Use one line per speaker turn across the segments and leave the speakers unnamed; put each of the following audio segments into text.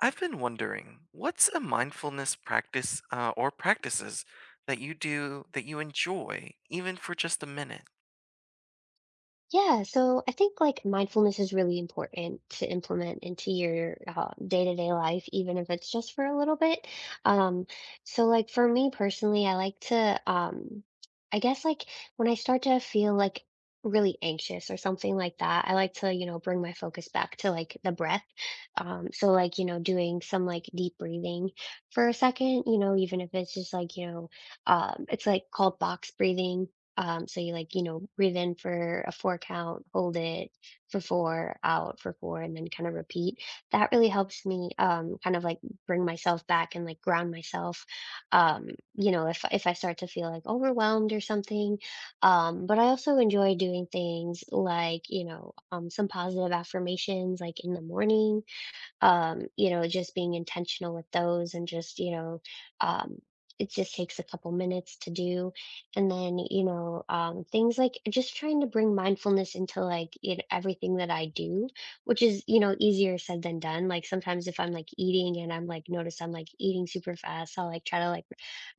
I've been wondering, what's a mindfulness practice or practices that you do that you enjoy, even for just a minute?
Yeah, so I think like mindfulness is really important to implement into your day-to-day life, even if it's just for a little bit. Um, so like for me personally, I like to, I guess like when I start to feel like really anxious or something like that, I like to, you know, bring my focus back to like the breath. So like, you know, doing some like deep breathing for a second, you know, even if it's just like, you know, it's like called box breathing, so you like, you know, breathe in for a four count, hold it for four, out for four, and then kind of repeat. That really helps me kind of like bring myself back and like ground myself. You know, if I start to feel like overwhelmed or something. But I also enjoy doing things like, you know, some positive affirmations like in the morning, you know, just being intentional with those and just, you know, um, it just takes a couple minutes to do. And then, you know, things like just trying to bring mindfulness into like in everything that I do, which is, you know, easier said than done. Like sometimes if I'm like eating and I'm like, notice I'm like eating super fast, I'll like try to like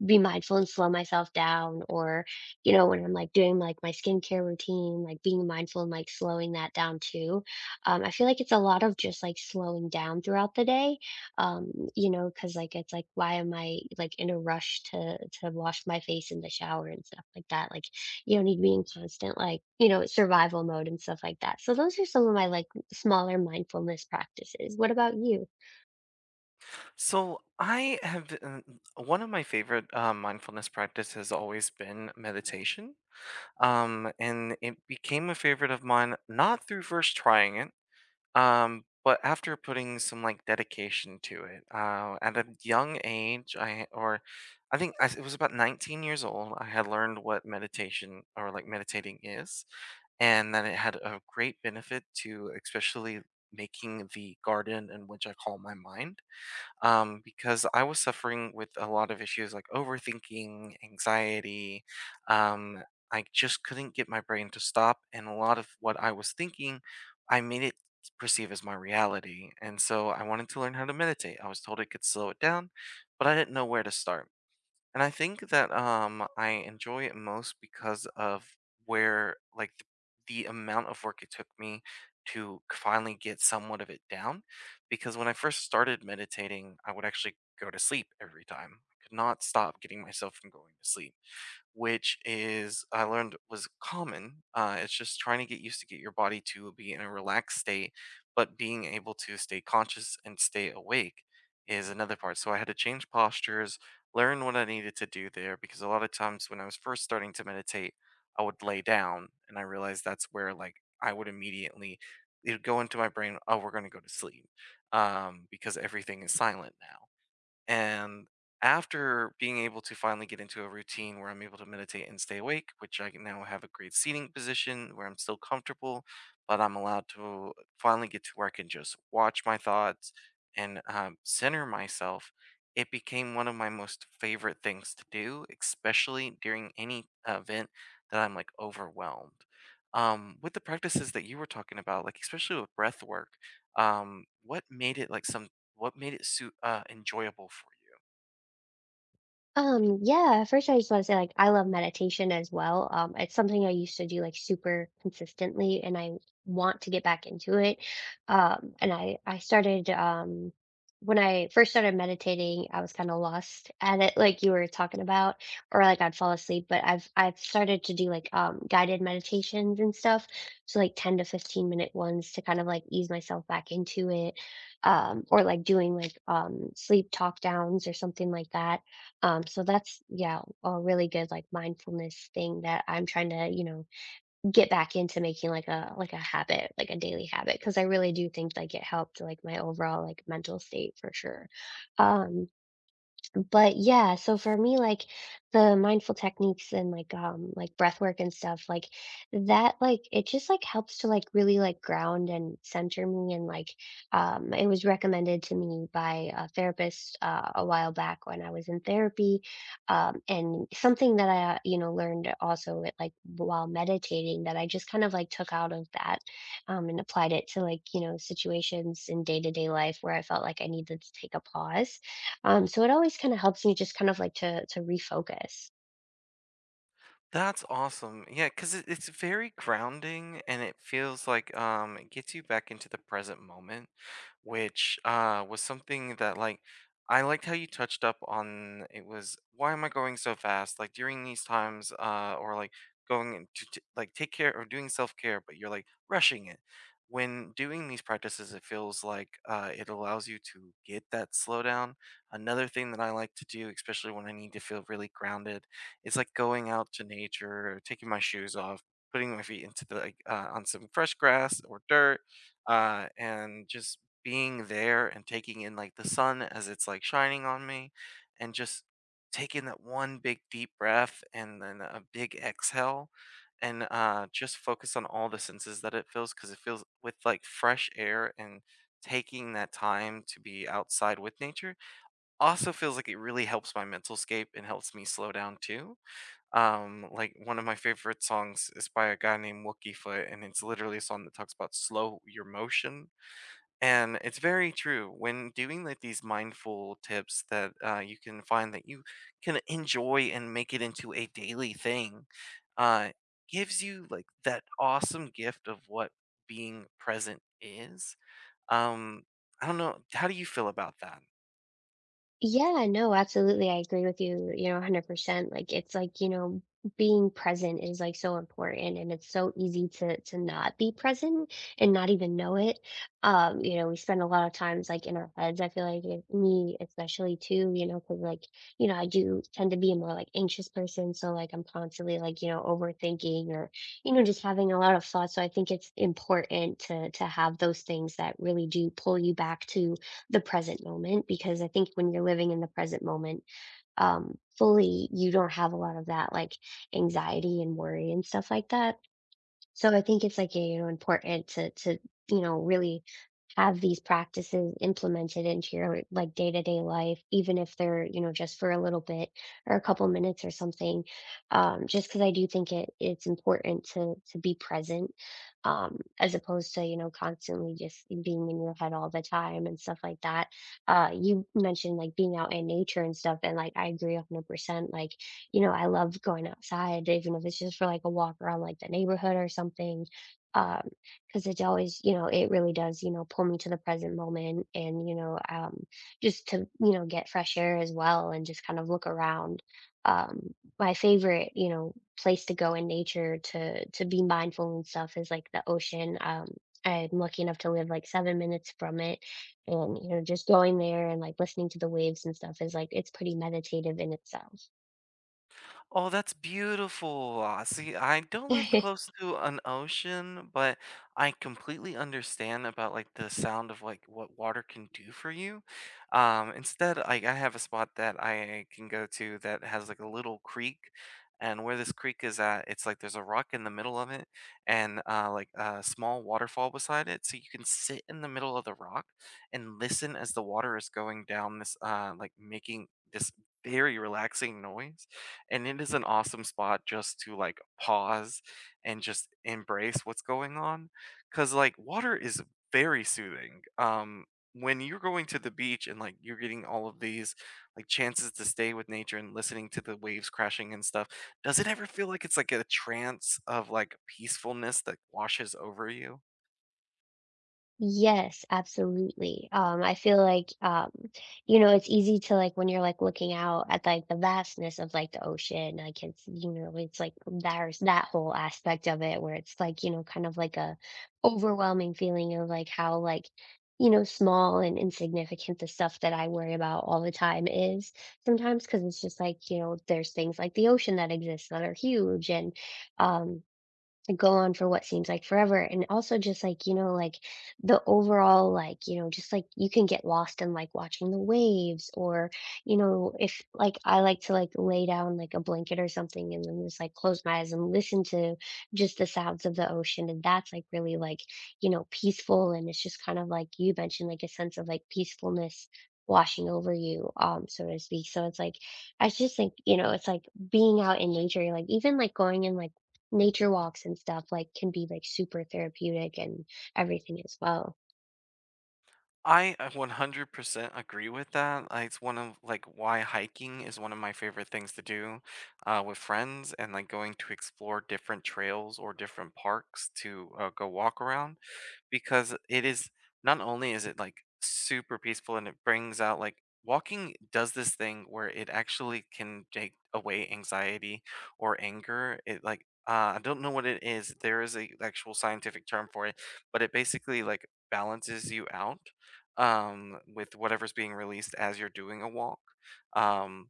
be mindful and slow myself down. Or, you know, when I'm like doing like my skincare routine, like being mindful and like slowing that down too. I feel like it's a lot of just like slowing down throughout the day. You know, because like it's like why am I like in a rush to wash my face in the shower and stuff like that? Like you don't need to be in constant like you know survival mode and stuff like that. So those are some of my like smaller mindfulness practices. What about you?
So, I have one of my favorite mindfulness practice has always been meditation, and it became a favorite of mine not through first trying it. But after putting some like dedication to it, at a young age, I think it was about 19 years old, I had learned what meditation or like meditating is, and that it had a great benefit to, especially making the garden in which I call my mind, because I was suffering with a lot of issues like overthinking, anxiety. Um, I just couldn't get my brain to stop. And a lot of what I was thinking, I made it perceive as my reality. And so I wanted to learn how to meditate. I was told it could slow it down, but I didn't know where to start. And I think that I enjoy it most because of where the amount of work it took me to finally get somewhat of it down, because when I first started meditating, I would actually go to sleep every time. I could not stop getting myself from going to sleep, which is, I learned, was common. It's just trying to get used to get your body to be in a relaxed state, but being able to stay conscious and stay awake is another part. So I had to change postures, learn what I needed to do there, because a lot of times when I was first starting to meditate, I would lay down, and I realized that's where like I would immediately it'd go into my brain, oh, we're gonna go to sleep, because everything is silent now. And after being able to finally get into a routine where I'm able to meditate and stay awake, which I can now have a great seating position where I'm still comfortable, but I'm allowed to finally get to where I can just watch my thoughts and, center myself, it became one of my most favorite things to do, especially during any event that I'm like overwhelmed. With the practices that you were talking about, like especially with breath work, what made it like something? What made it su enjoyable for?
Yeah, first I just want to say like I love meditation as well. It's something I used to do like super consistently and I want to get back into it. And I started when I first started meditating, I was kind of lost at it like you were talking about or like I'd fall asleep, but I've started to do like guided meditations and stuff. So like 10 to 15 minute ones to kind of like ease myself back into it. Or like doing like sleep talk downs or something like that, so that's yeah, a really good like mindfulness thing that I'm trying to, you know, get back into making like a habit, like a daily habit, because I really do think like it helped like my overall like mental state for sure. Um but yeah, so for me, like the mindful techniques and like breath work and stuff, like that like it just like helps to like really like ground and center me, and like it was recommended to me by a therapist a while back when I was in therapy. And something that I you know learned also it like while meditating that I just kind of like took out of that, and applied it to like, you know, situations in day-to-day life where I felt like I needed to take a pause, so it always kind of helps me just kind of like to refocus.
That's awesome. Yeah, 'cause it's very grounding and it feels like it gets you back into the present moment, which was something that like I liked how you touched up on. It was, why am I going so fast? Like during these times or like going in to like take care or doing self-care, but you're like rushing it. When doing these practices, it feels like it allows you to get that slowdown. Another thing that I like to do, especially when I need to feel really grounded, it's like going out to nature, taking my shoes off, putting my feet into the like on some fresh grass or dirt, and just being there and taking in like the sun as it's like shining on me, and just taking that one big deep breath and then a big exhale, and just focus on all the senses that it feels, because it feels with like fresh air. And taking that time to be outside with nature also feels like it really helps my mental scape and helps me slow down too. Like one of my favorite songs is by a guy named Wookie Foot, and it's literally a song that talks about slow your motion. And it's very true. When doing like these mindful tips that you can find that you can enjoy and make it into a daily thing, uh, gives you like that awesome gift of what being present is. Um, I don't know. How do you feel about that?
Yeah, no, absolutely. I agree with you, you know, 100%. Like it's like, you know, being present is like so important, and it's so easy to not be present and not even know it. You know, we spend a lot of times like in our heads. I feel like it, me especially too, you know, because like, you know, I do tend to be a more like anxious person, so like I'm constantly like, you know, overthinking or, you know, just having a lot of thoughts. So I think it's important to have those things that really do pull you back to the present moment, because I think when you're living in the present moment, fully, you don't have a lot of that like anxiety and worry and stuff like that. So I think it's like, you know, important to you know, really have these practices implemented into your like day-to-day life, even if they're, you know, just for a little bit or a couple minutes or something. Just because I do think it's important to be present, as opposed to, you know, constantly just being in your head all the time and stuff like that. You mentioned like being out in nature and stuff, and like I agree 100%. Like you know, I love going outside, even if it's just for like a walk around like the neighborhood or something. Um, because it always, you know, it really does, you know, pull me to the present moment and, you know, just to, you know, get fresh air as well and just kind of look around. My favorite, you know, place to go in nature to be mindful and stuff is like the ocean. I'm lucky enough to live like 7 minutes from it. And, you know, just going there and like listening to the waves and stuff is like, it's pretty meditative in itself.
Oh, that's beautiful. Ah, see, I don't live close to an ocean, but I completely understand about like the sound of like what water can do for you. Instead, I have a spot that I can go to that has like a little creek, and where this creek is at, it's like there's a rock in the middle of it and, like a small waterfall beside it. So you can sit in the middle of the rock and listen as the water is going down this like making this very relaxing noise, and it is an awesome spot just to like pause and just embrace what's going on, because like water is very soothing. Um, when you're going to the beach and like you're getting all of these like chances to stay with nature and listening to the waves crashing and stuff, does it ever feel like it's like a trance of like peacefulness that washes over you?
Yes, absolutely. I feel like, you know, it's easy to like when you're like looking out at like the vastness of like the ocean, like it's, you know, it's like there's that whole aspect of it where it's like, you know, kind of like a overwhelming feeling of like how like, you know, small and insignificant the stuff that I worry about all the time is sometimes, because it's just like, you know, there's things like the ocean that exist that are huge and um go on for what seems like forever, and also just like you know like the overall like you know just like you can get lost in like watching the waves, or you know if like I like to like lay down like a blanket or something and then just like close my eyes and listen to just the sounds of the ocean, and that's like really like you know peaceful, and it's just kind of like you mentioned like a sense of like peacefulness washing over you, so to speak, so it's like I just think you know it's like being out in nature like even like going and like nature walks and stuff, like, can be, like, super therapeutic and everything as well.
I 100% agree with that. It's one of like why hiking is one of my favorite things to do, with friends and like going to explore different trails or different parks to, go walk around, because it is, not only is it like super peaceful and it brings out like, walking does this thing where it actually can take away anxiety or anger. It like I don't know what it is. There is a actual scientific term for it, but it basically like balances you out, with whatever's being released as you're doing a walk. Um,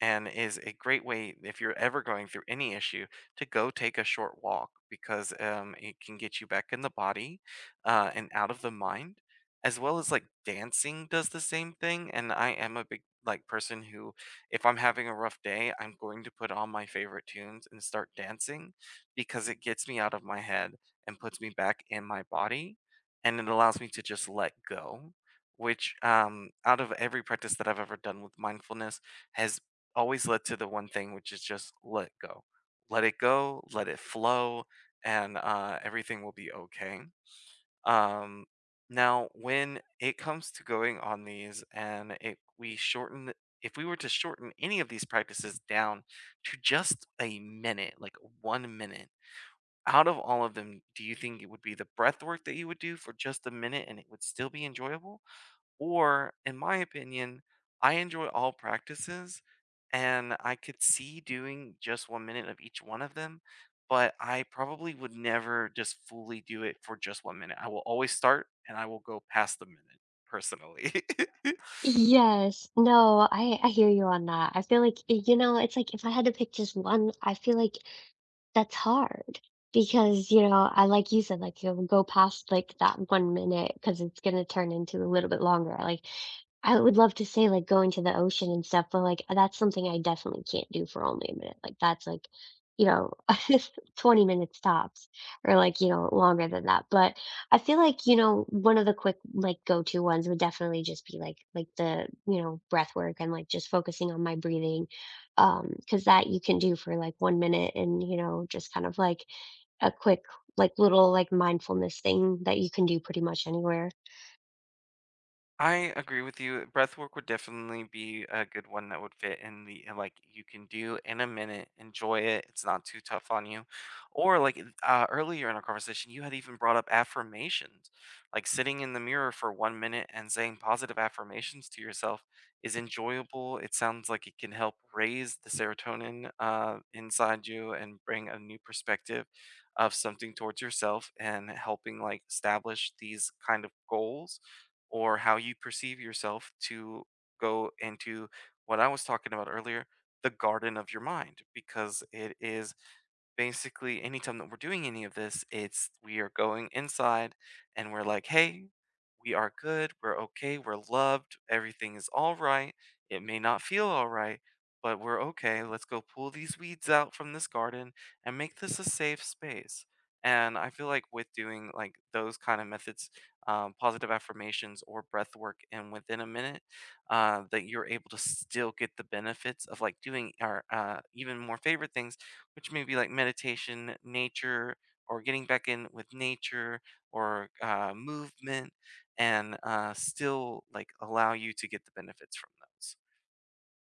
and is a great way if you're ever going through any issue to go take a short walk, because it can get you back in the body, and out of the mind, as well as like dancing does the same thing. And I am a big like person who, if I'm having a rough day, I'm going to put on my favorite tunes and start dancing, because it gets me out of my head and puts me back in my body and it allows me to just let go, which out of every practice that I've ever done with mindfulness, has always led to the one thing, which is just let go, let it flow, and, everything will be okay. Um, Now, when it comes to going on these, we shorten, if we were to shorten any of these practices down to just a minute, like 1 minute. Out of all of them, do you think it would be the breath work that you would do for just a minute and it would still be enjoyable? Or, in my opinion, I enjoy all practices and I could see doing just 1 minute of each one of them, but I probably would never just fully do it for just 1 minute. I will always start and I will go past the minute personally.
Yes. No, I hear you on that. I feel like, y you know, it's like if I had to pick just one, I feel like that's hard, because, you know, I like you said, like, you'll go past, like, that 1 minute, because it's gonna turn into a little bit longer, like, I would love to say, like, going to the ocean and stuff, but, like, that's something I definitely can't do for only a minute, like, that's, like, you know, 20 minutes tops, or, like, you know, longer than that, but I feel like, you know, one of the quick, like, go-to ones would definitely just be, like the, you know, breath work, and, like, just focusing on my breathing. Because that you can do for, like, 1 minute, and, you know, just kind of, like, a quick, like, little, like, mindfulness thing that you can do pretty much anywhere.
I agree with you. Breath work would definitely be a good one that would fit in the, like you can do in a minute, enjoy it. It's not too tough on you. Or like earlier in our conversation, you had even brought up affirmations. Like sitting in the mirror for 1 minute and saying positive affirmations to yourself is enjoyable. It sounds like it can help raise the serotonin, inside you and bring a new perspective of something towards yourself and helping like establish these kind of goals or how you perceive yourself to go into what I was talking about earlier, the garden of your mind, because it is basically anytime that we're doing any of this, it's, we are going inside and we're like, hey, we are good, we're okay, we're loved, everything is all right. It may not feel all right, but we're okay. Let's go pull these weeds out from this garden and make this a safe space. And I feel like with doing like those kind of methods, positive affirmations or breath work, and within a minute, that you're able to still get the benefits of like doing our, even more favorite things, which may be like meditation, nature, or getting back in with nature, or movement, and still like allow you to get the benefits from those.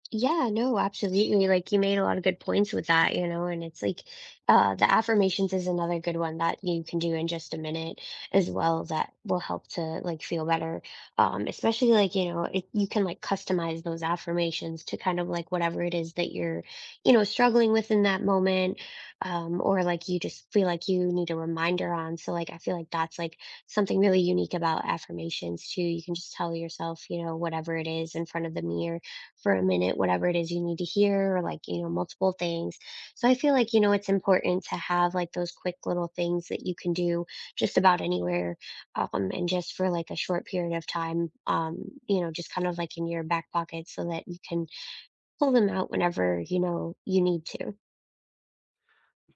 Yeah, no, absolutely. Like you made a lot of good points with that, you know, and it's like the affirmations is another good one that you can do in just a minute as well that will help to like feel better. Especially like, you know, it, you can like customize those affirmations to kind of like whatever it is that you're, you know, struggling with in that moment, or like you just feel like you need a reminder on. So like I feel like that's like something really unique about affirmations too. You can just tell yourself, you know, whatever it is in front of the mirror for a minute, whatever it is you need to hear or like you know multiple things, so I feel like you know it's important to have like those quick little things that you can do just about anywhere, and just for like a short period of time, you know just kind of like in your back pocket so that you can pull them out whenever you know you need to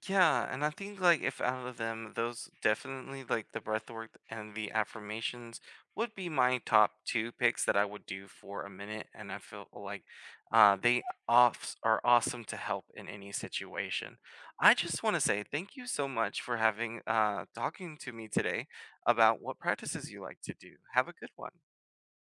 Yeah, and I think like if out of them, those definitely like the breathwork and the affirmations would be my top two picks that I would do for a minute. And I feel like they off are awesome to help in any situation. I just want to say thank you so much for having, talking to me today about what practices you like to do. Have a good one.